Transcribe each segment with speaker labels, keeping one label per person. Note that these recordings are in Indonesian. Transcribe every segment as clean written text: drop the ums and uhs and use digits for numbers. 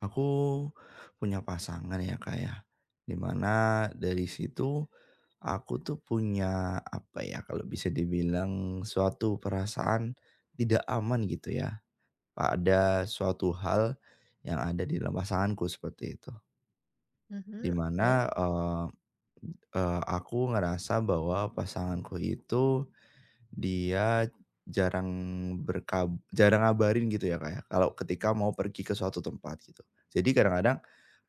Speaker 1: Aku punya pasangan ya, Kak, ya, di dari situ aku tuh punya, apa ya, kalau bisa dibilang suatu perasaan tidak aman gitu ya, pada suatu hal yang ada di dalam pasanganku seperti itu.
Speaker 2: Mhm,
Speaker 1: Dimana mana,
Speaker 2: oke.
Speaker 1: aku ngerasa bahwa pasanganku itu dia jarang jarang ngabarin gitu ya, kayak, kalau ketika mau pergi ke suatu tempat gitu. Jadi kadang-kadang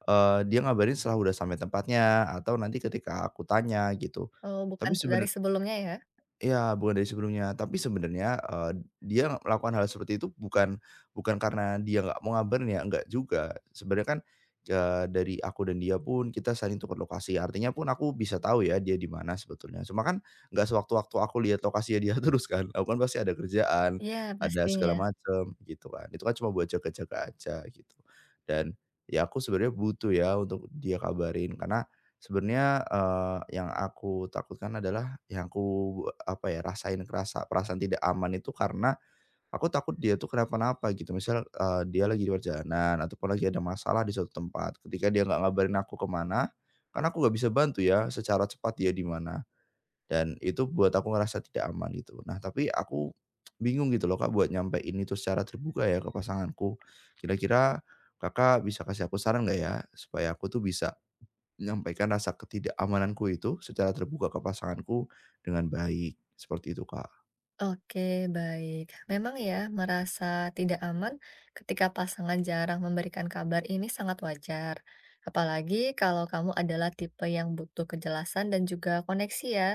Speaker 1: Dia ngabarin setelah udah sampai tempatnya atau nanti ketika aku tanya gitu.
Speaker 2: Oh, bukan
Speaker 1: Tapi sebene
Speaker 2: dari sebelumnya ya?
Speaker 1: Iya, bukan dari sebelumnya. Tapi sebenarnya, dia melakukan hal seperti itu bukan bukan karena dia nggak mau ngabarin ya, nggak juga. Sebenarnya kan, dari aku dan dia pun kita saling tukar lokasi, artinya pun aku bisa tahu ya dia di mana sebetulnya. Cuma kan nggak sewaktu-waktu aku lihat lokasinya dia terus kan, aku kan pasti ada kerjaan,
Speaker 2: Iya,
Speaker 1: ada
Speaker 2: pastinya.
Speaker 1: segala macam, gitu kan. Itu kan cuma buat jaga-jaga aja, gitu. Dan, ya aku sebenarnya butuh ya untuk dia kabarin, karena sebenarnya, yang aku takutkan adalah yang aku, apa ya, kerasa perasaan tidak aman itu karena aku takut dia tuh kenapa-napa gitu. Misal, dia lagi di perjalanan ataupun lagi ada masalah di suatu tempat, ketika dia nggak ngabarin aku kemana karena aku nggak bisa bantu ya secara cepat dia di mana, dan itu buat aku ngerasa tidak aman gitu. Nah, tapi aku bingung gitu loh Kak buat nyampein itu secara terbuka ya ke pasanganku. Kira-kira Kakak bisa kasih aku saran nggak ya supaya aku tuh bisa menyampaikan rasa ketidakamananku itu secara terbuka ke pasanganku dengan baik, seperti itu, Kak.
Speaker 2: Oke, baik. Memang ya, merasa tidak aman ketika pasangan jarang memberikan kabar ini sangat wajar. Apalagi kalau kamu adalah tipe yang butuh kejelasan dan juga koneksi ya.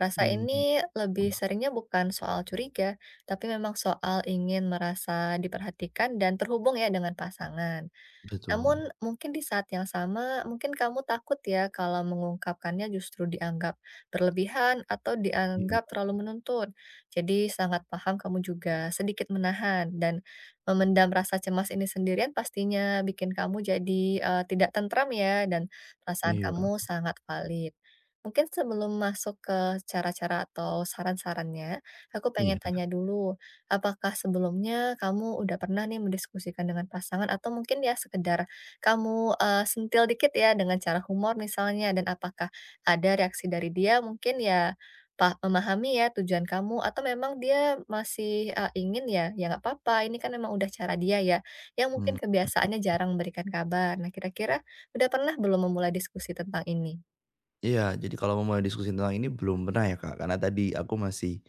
Speaker 2: Rasa
Speaker 1: Mhm,
Speaker 2: ini lebih seringnya bukan soal curiga, tapi memang soal ingin merasa diperhatikan dan terhubung ya dengan pasangan.
Speaker 1: betul.
Speaker 2: Namun mungkin di saat yang sama, mungkin kamu takut ya kalau mengungkapkannya justru dianggap berlebihan atau
Speaker 1: Iya,
Speaker 2: dianggap terlalu menuntut. Jadi sangat paham kamu juga sedikit menahan dan memendam rasa cemas ini sendirian pastinya bikin kamu jadi tidak tentram ya dan perasaan
Speaker 1: iya
Speaker 2: kamu sangat valid. Mungkin sebelum masuk ke cara-cara atau saran-sarannya, aku
Speaker 1: iya,
Speaker 2: pengen tanya dulu. Apakah sebelumnya kamu udah pernah nih mendiskusikan dengan pasangan atau mungkin ya sekedar kamu, sentil dikit ya dengan cara humor misalnya, dan apakah ada reaksi dari dia mungkin ya memahami ya tujuan kamu, atau memang dia masih, ingin ya, ya nggak apa-apa, ini kan memang udah cara dia ya, yang
Speaker 1: mmm,
Speaker 2: mungkin
Speaker 1: oke.
Speaker 2: kebiasaannya jarang memberikan kabar. Nah, kira-kira udah pernah belum memulai diskusi tentang ini?
Speaker 1: Iya, jadi kalau mau memulai diskusi tentang ini belum pernah ya, Kak, karena tadi aku masih,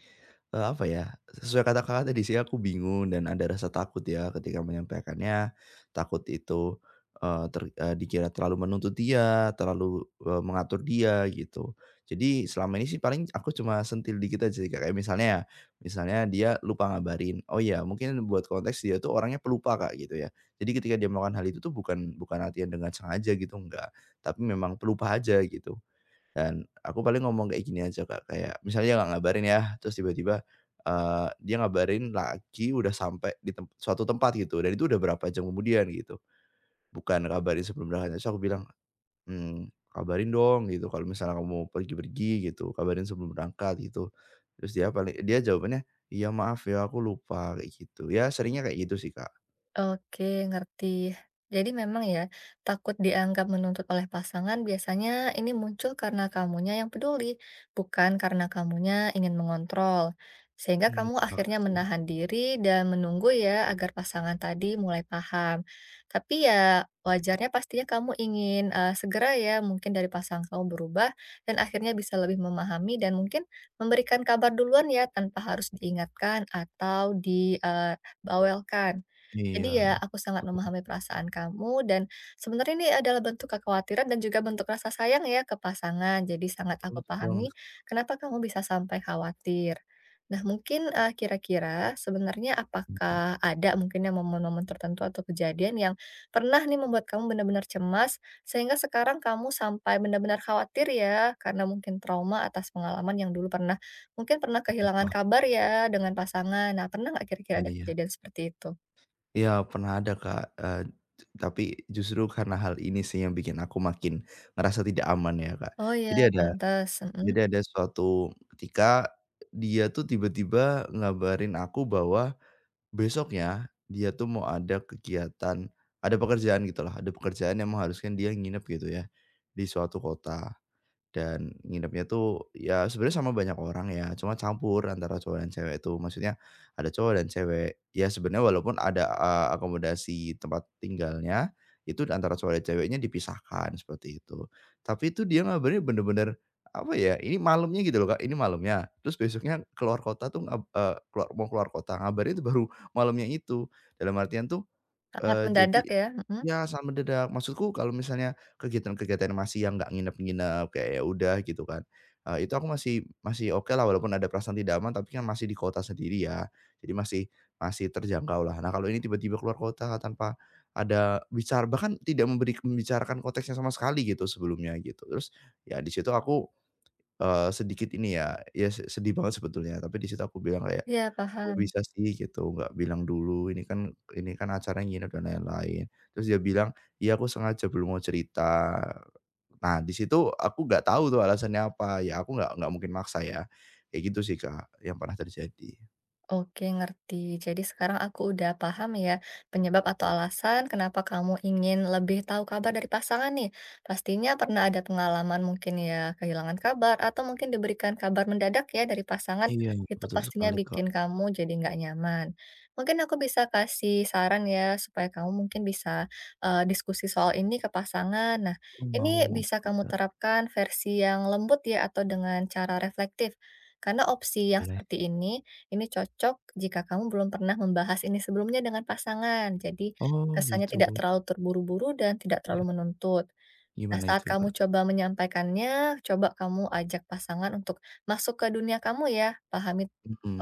Speaker 1: apa ya, sesuai kata Kakak tadi sih aku bingung dan ada rasa takut ya ketika menyampaikannya. Takut itu, dikira terlalu menuntut dia, terlalu, mengatur dia gitu. Jadi selama ini sih paling aku cuma sentil dikit aja sih, Kak, kayak misalnya ya, misalnya dia lupa ngabarin, oh ya mungkin buat konteks dia tuh orangnya pelupa, Kak, gitu ya. Jadi ketika dia melakukan hal itu tuh bukan bukan latihan dengan sengaja gitu, enggak, tapi memang pelupa aja gitu. Dan aku paling ngomong kayak gini aja, Kak, kayak misalnya nggak ngabarin ya, terus tiba-tiba, dia ngabarin lagi udah sampai di suatu tempat gitu, dan itu udah berapa jam kemudian gitu, bukan kabarin sebelum berangkat. Terus aku bilang, hmm kabarin dong gitu kalau misalnya kamu mau pergi-pergi gitu, kabarin sebelum berangkat," gitu. Terus dia paling jawabannya, "Iya maaf ya aku lupa," kayak gitu. Ya seringnya kayak gitu sih, Kak.
Speaker 2: Oke, ngerti. Jadi memang ya, takut dianggap menuntut oleh pasangan biasanya ini muncul karena kamunya yang peduli, bukan karena kamunya ingin mengontrol. Sehingga
Speaker 1: Mmm,
Speaker 2: kamu
Speaker 1: terima
Speaker 2: akhirnya
Speaker 1: kasih.
Speaker 2: menahan diri dan menunggu ya agar pasangan tadi mulai paham. Tapi ya wajarnya pastinya kamu ingin segera ya mungkin dari pasangan kamu berubah dan akhirnya bisa lebih memahami dan mungkin memberikan kabar duluan ya tanpa harus diingatkan atau dibawelkan.
Speaker 1: Iya,
Speaker 2: Jadi ya aku sangat
Speaker 1: betul.
Speaker 2: memahami perasaan kamu, dan sebenarnya ini adalah bentuk kekhawatiran dan juga bentuk rasa sayang ya ke pasangan. Jadi sangat aku
Speaker 1: Betul
Speaker 2: pahami
Speaker 1: banget.
Speaker 2: kenapa kamu bisa sampai khawatir. Nah, mungkin kira-kira sebenarnya
Speaker 1: Iya,
Speaker 2: apakah ada mungkin yang momen-momen tertentu atau kejadian yang pernah nih membuat kamu benar-benar cemas sehingga sekarang kamu sampai benar-benar khawatir ya, karena mungkin trauma atas pengalaman yang dulu pernah, mungkin pernah kehilangan
Speaker 1: paham,
Speaker 2: kabar ya dengan pasangan. Nah, pernah nggak kira-kira
Speaker 1: iya
Speaker 2: ada
Speaker 1: iya.
Speaker 2: kejadian seperti itu?
Speaker 1: Iya, pernah ada, Kak, tapi justru karena hal ini sih yang bikin aku makin ngerasa tidak aman ya, Kak.
Speaker 2: Oh, ya,
Speaker 1: Jadi ada
Speaker 2: pantes, mhm,
Speaker 1: jadi ada suatu ketika dia tuh tiba-tiba ngabarin aku bahwa besoknya dia tuh mau ada kegiatan ada pekerjaan gitulah, ada pekerjaan yang mengharuskan dia nginep gitu ya, di suatu kota. Dan nginepnya tuh ya sebenarnya sama banyak orang ya, cuma campur antara cowok dan cewek itu. Maksudnya ada cowok dan cewek. Ya sebenarnya walaupun ada, akomodasi tempat tinggalnya, itu antara cowok dan ceweknya dipisahkan seperti itu. Tapi itu dia ngabarin bener-bener, apa ya, ini malamnya gitu loh Kak, ini malamnya. Terus besoknya keluar kota tuh ngab eee, keluar mau keluar kota, ngabarin itu baru malamnya itu. Dalam artian tuh,
Speaker 2: sangat
Speaker 1: eee, jadi
Speaker 2: mendadak ya, mhm,
Speaker 1: ya, saat mendadak. Maksudku kalau misalnya kegiatan-kegiatan masih yang nggak nginep-nginep, kayak ya udah gitu kan, itu aku masih masih oke lah. Walaupun ada perasaan tidak aman, tapi kan masih di kota sendiri ya, jadi masih masih terjangkau lah. Nah, kalau ini tiba-tiba keluar kota tanpa ada bicara bahkan tidak membicarakan konteksnya sama sekali gitu sebelumnya gitu. Terus ya di situ aku, sedikit ini ya, ya sedih banget sebetulnya, tapi di situ aku bilang kayak
Speaker 2: iya
Speaker 1: oh
Speaker 2: paham.
Speaker 1: bisa sih gitu, nggak bilang dulu, ini kan acaranya nginep dan lain-lain. Terus dia bilang, "Iya aku sengaja belum mau cerita." Nah di situ aku nggak tahu tuh alasannya apa, ya aku nggak mungkin maksa ya. Kayak gitu sih Kak, yang pernah terjadi.
Speaker 2: Oke, ngerti. Jadi sekarang aku udah paham ya penyebab atau alasan kenapa kamu ingin lebih tahu kabar dari pasangan nih. Pastinya pernah ada pengalaman mungkin ya kehilangan kabar atau mungkin diberikan kabar mendadak ya dari pasangan,
Speaker 1: Iya
Speaker 2: itu
Speaker 1: betul
Speaker 2: pastinya
Speaker 1: sekali Kak,
Speaker 2: bikin kamu jadi nggak nyaman. Mungkin aku bisa kasih saran ya supaya kamu mungkin bisa diskusi soal ini ke pasangan. Nah,
Speaker 1: aku mau
Speaker 2: ini bisa kamu
Speaker 1: agak
Speaker 2: terapkan versi yang lembut ya atau dengan cara reflektif. Karena opsi yang
Speaker 1: boleh.
Speaker 2: seperti ini cocok jika kamu belum pernah membahas ini sebelumnya dengan pasangan, jadi
Speaker 1: Oh
Speaker 2: kesannya
Speaker 1: gitu,
Speaker 2: tidak terlalu terburu-buru dan tidak
Speaker 1: ya
Speaker 2: terlalu menuntut. Nah,
Speaker 1: gimana
Speaker 2: saat
Speaker 1: itu Kak?
Speaker 2: kamu coba menyampaikannya, coba kamu ajak pasangan untuk masuk ke dunia kamu ya, pahami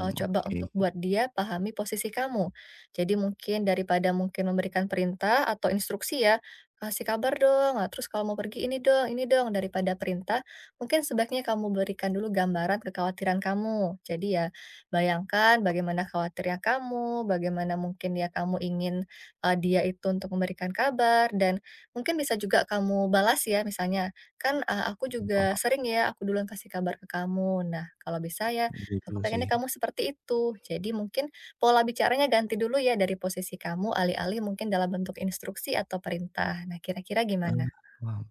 Speaker 2: coba
Speaker 1: oke
Speaker 2: untuk buat dia pahami posisi kamu. Jadi mungkin daripada mungkin memberikan perintah atau instruksi ya, "Kasih kabar dong, ah, terus kalau mau pergi ini dong ini dong." Daripada perintah, mungkin sebaiknya kamu berikan dulu gambaran kekhawatiran kamu. Jadi ya, bayangkan bagaimana khawatirnya kamu, bagaimana mungkin ya kamu ingin, dia itu untuk memberikan kabar, dan mungkin bisa juga kamu balas ya misalnya, "Kan, aku juga
Speaker 1: paham,
Speaker 2: sering ya, aku duluan kasih kabar ke kamu. Nah, kalau bisa ya,
Speaker 1: iya
Speaker 2: aku
Speaker 1: juga
Speaker 2: pengennya
Speaker 1: sih.
Speaker 2: kamu seperti itu." Jadi mungkin pola bicaranya ganti dulu ya dari posisi kamu, alih-alih mungkin dalam bentuk instruksi atau perintah. Nah, kira-kira
Speaker 1: Ah,
Speaker 2: gimana?
Speaker 1: paham.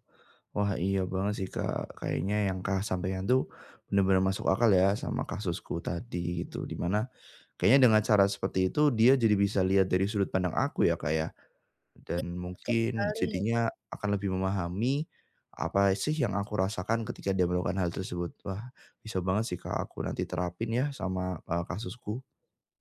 Speaker 1: Wah, iya banget sih, Kak. Kayaknya yang kak sampaikan tuh bener-bener masuk akal ya sama kasusku tadi gitu. Dimana kayaknya dengan cara seperti itu dia jadi bisa lihat dari sudut pandang aku ya, Kak, ya.
Speaker 2: Iya,
Speaker 1: Dan
Speaker 2: betul
Speaker 1: mungkin
Speaker 2: sekali.
Speaker 1: jadinya akan lebih memahami apa sih yang aku rasakan ketika dia melakukan hal tersebut. Wah, bisa banget sih, Kak, aku nanti terapin ya sama, kasusku.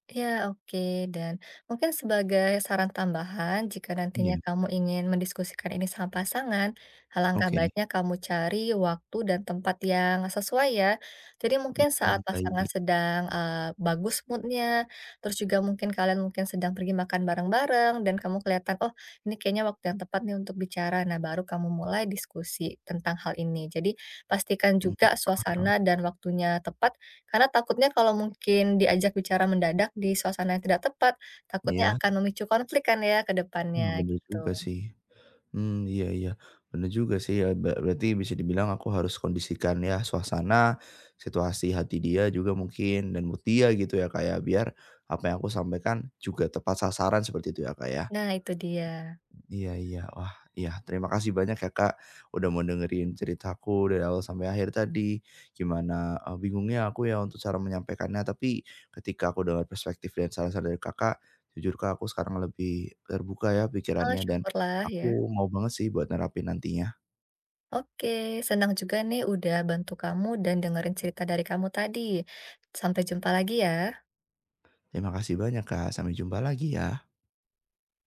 Speaker 2: Ya oke. Dan mungkin sebagai saran tambahan, jika
Speaker 1: Iya,
Speaker 2: nantinya kamu ingin mendiskusikan ini sama pasangan, alangkah
Speaker 1: oke.
Speaker 2: baiknya kamu cari waktu dan tempat yang sesuai ya. Jadi mungkin
Speaker 1: Mhm,
Speaker 2: saat pasangan
Speaker 1: baik.
Speaker 2: sedang bagus moodnya, terus juga mungkin kalian mungkin sedang pergi makan bareng-bareng, dan kamu kelihatan, oh ini kayaknya waktu yang tepat nih untuk bicara. Nah, baru kamu mulai diskusi tentang hal ini. Jadi pastikan
Speaker 1: Mhm,
Speaker 2: juga
Speaker 1: paham.
Speaker 2: suasana dan waktunya tepat, karena takutnya kalau mungkin diajak bicara mendadak di suasana yang tidak tepat, takutnya
Speaker 1: Iya,
Speaker 2: akan memicu konflik kan ya ke
Speaker 1: ah,
Speaker 2: depannya
Speaker 1: bener
Speaker 2: gitu.
Speaker 1: juga sih. Hmm iya iya, bener juga sih ya, berarti bisa dibilang aku harus kondisikan ya suasana, situasi hati dia juga mungkin dan mood dia gitu ya kayak biar apa yang aku sampaikan juga tepat sasaran seperti itu ya Kak ya?
Speaker 2: Nah itu dia.
Speaker 1: Iya iya. Wah, iya terima kasih banyak ya Kak, udah mau dengerin ceritaku dari awal sampai akhir tadi. Gimana, bingungnya aku ya untuk cara menyampaikannya, tapi ketika aku dengar perspektif dan saran-saran dari Kakak, jujur Kak, aku sekarang lebih terbuka ya
Speaker 2: Oh
Speaker 1: pikirannya dan
Speaker 2: syukurlah
Speaker 1: aku
Speaker 2: ya.
Speaker 1: mau banget sih buat nerapin nantinya.
Speaker 2: Oke, senang juga nih udah bantu kamu dan dengerin cerita dari kamu tadi. Sampai jumpa lagi ya.
Speaker 1: Terima kasih banyak Kak, sampai jumpa lagi ya.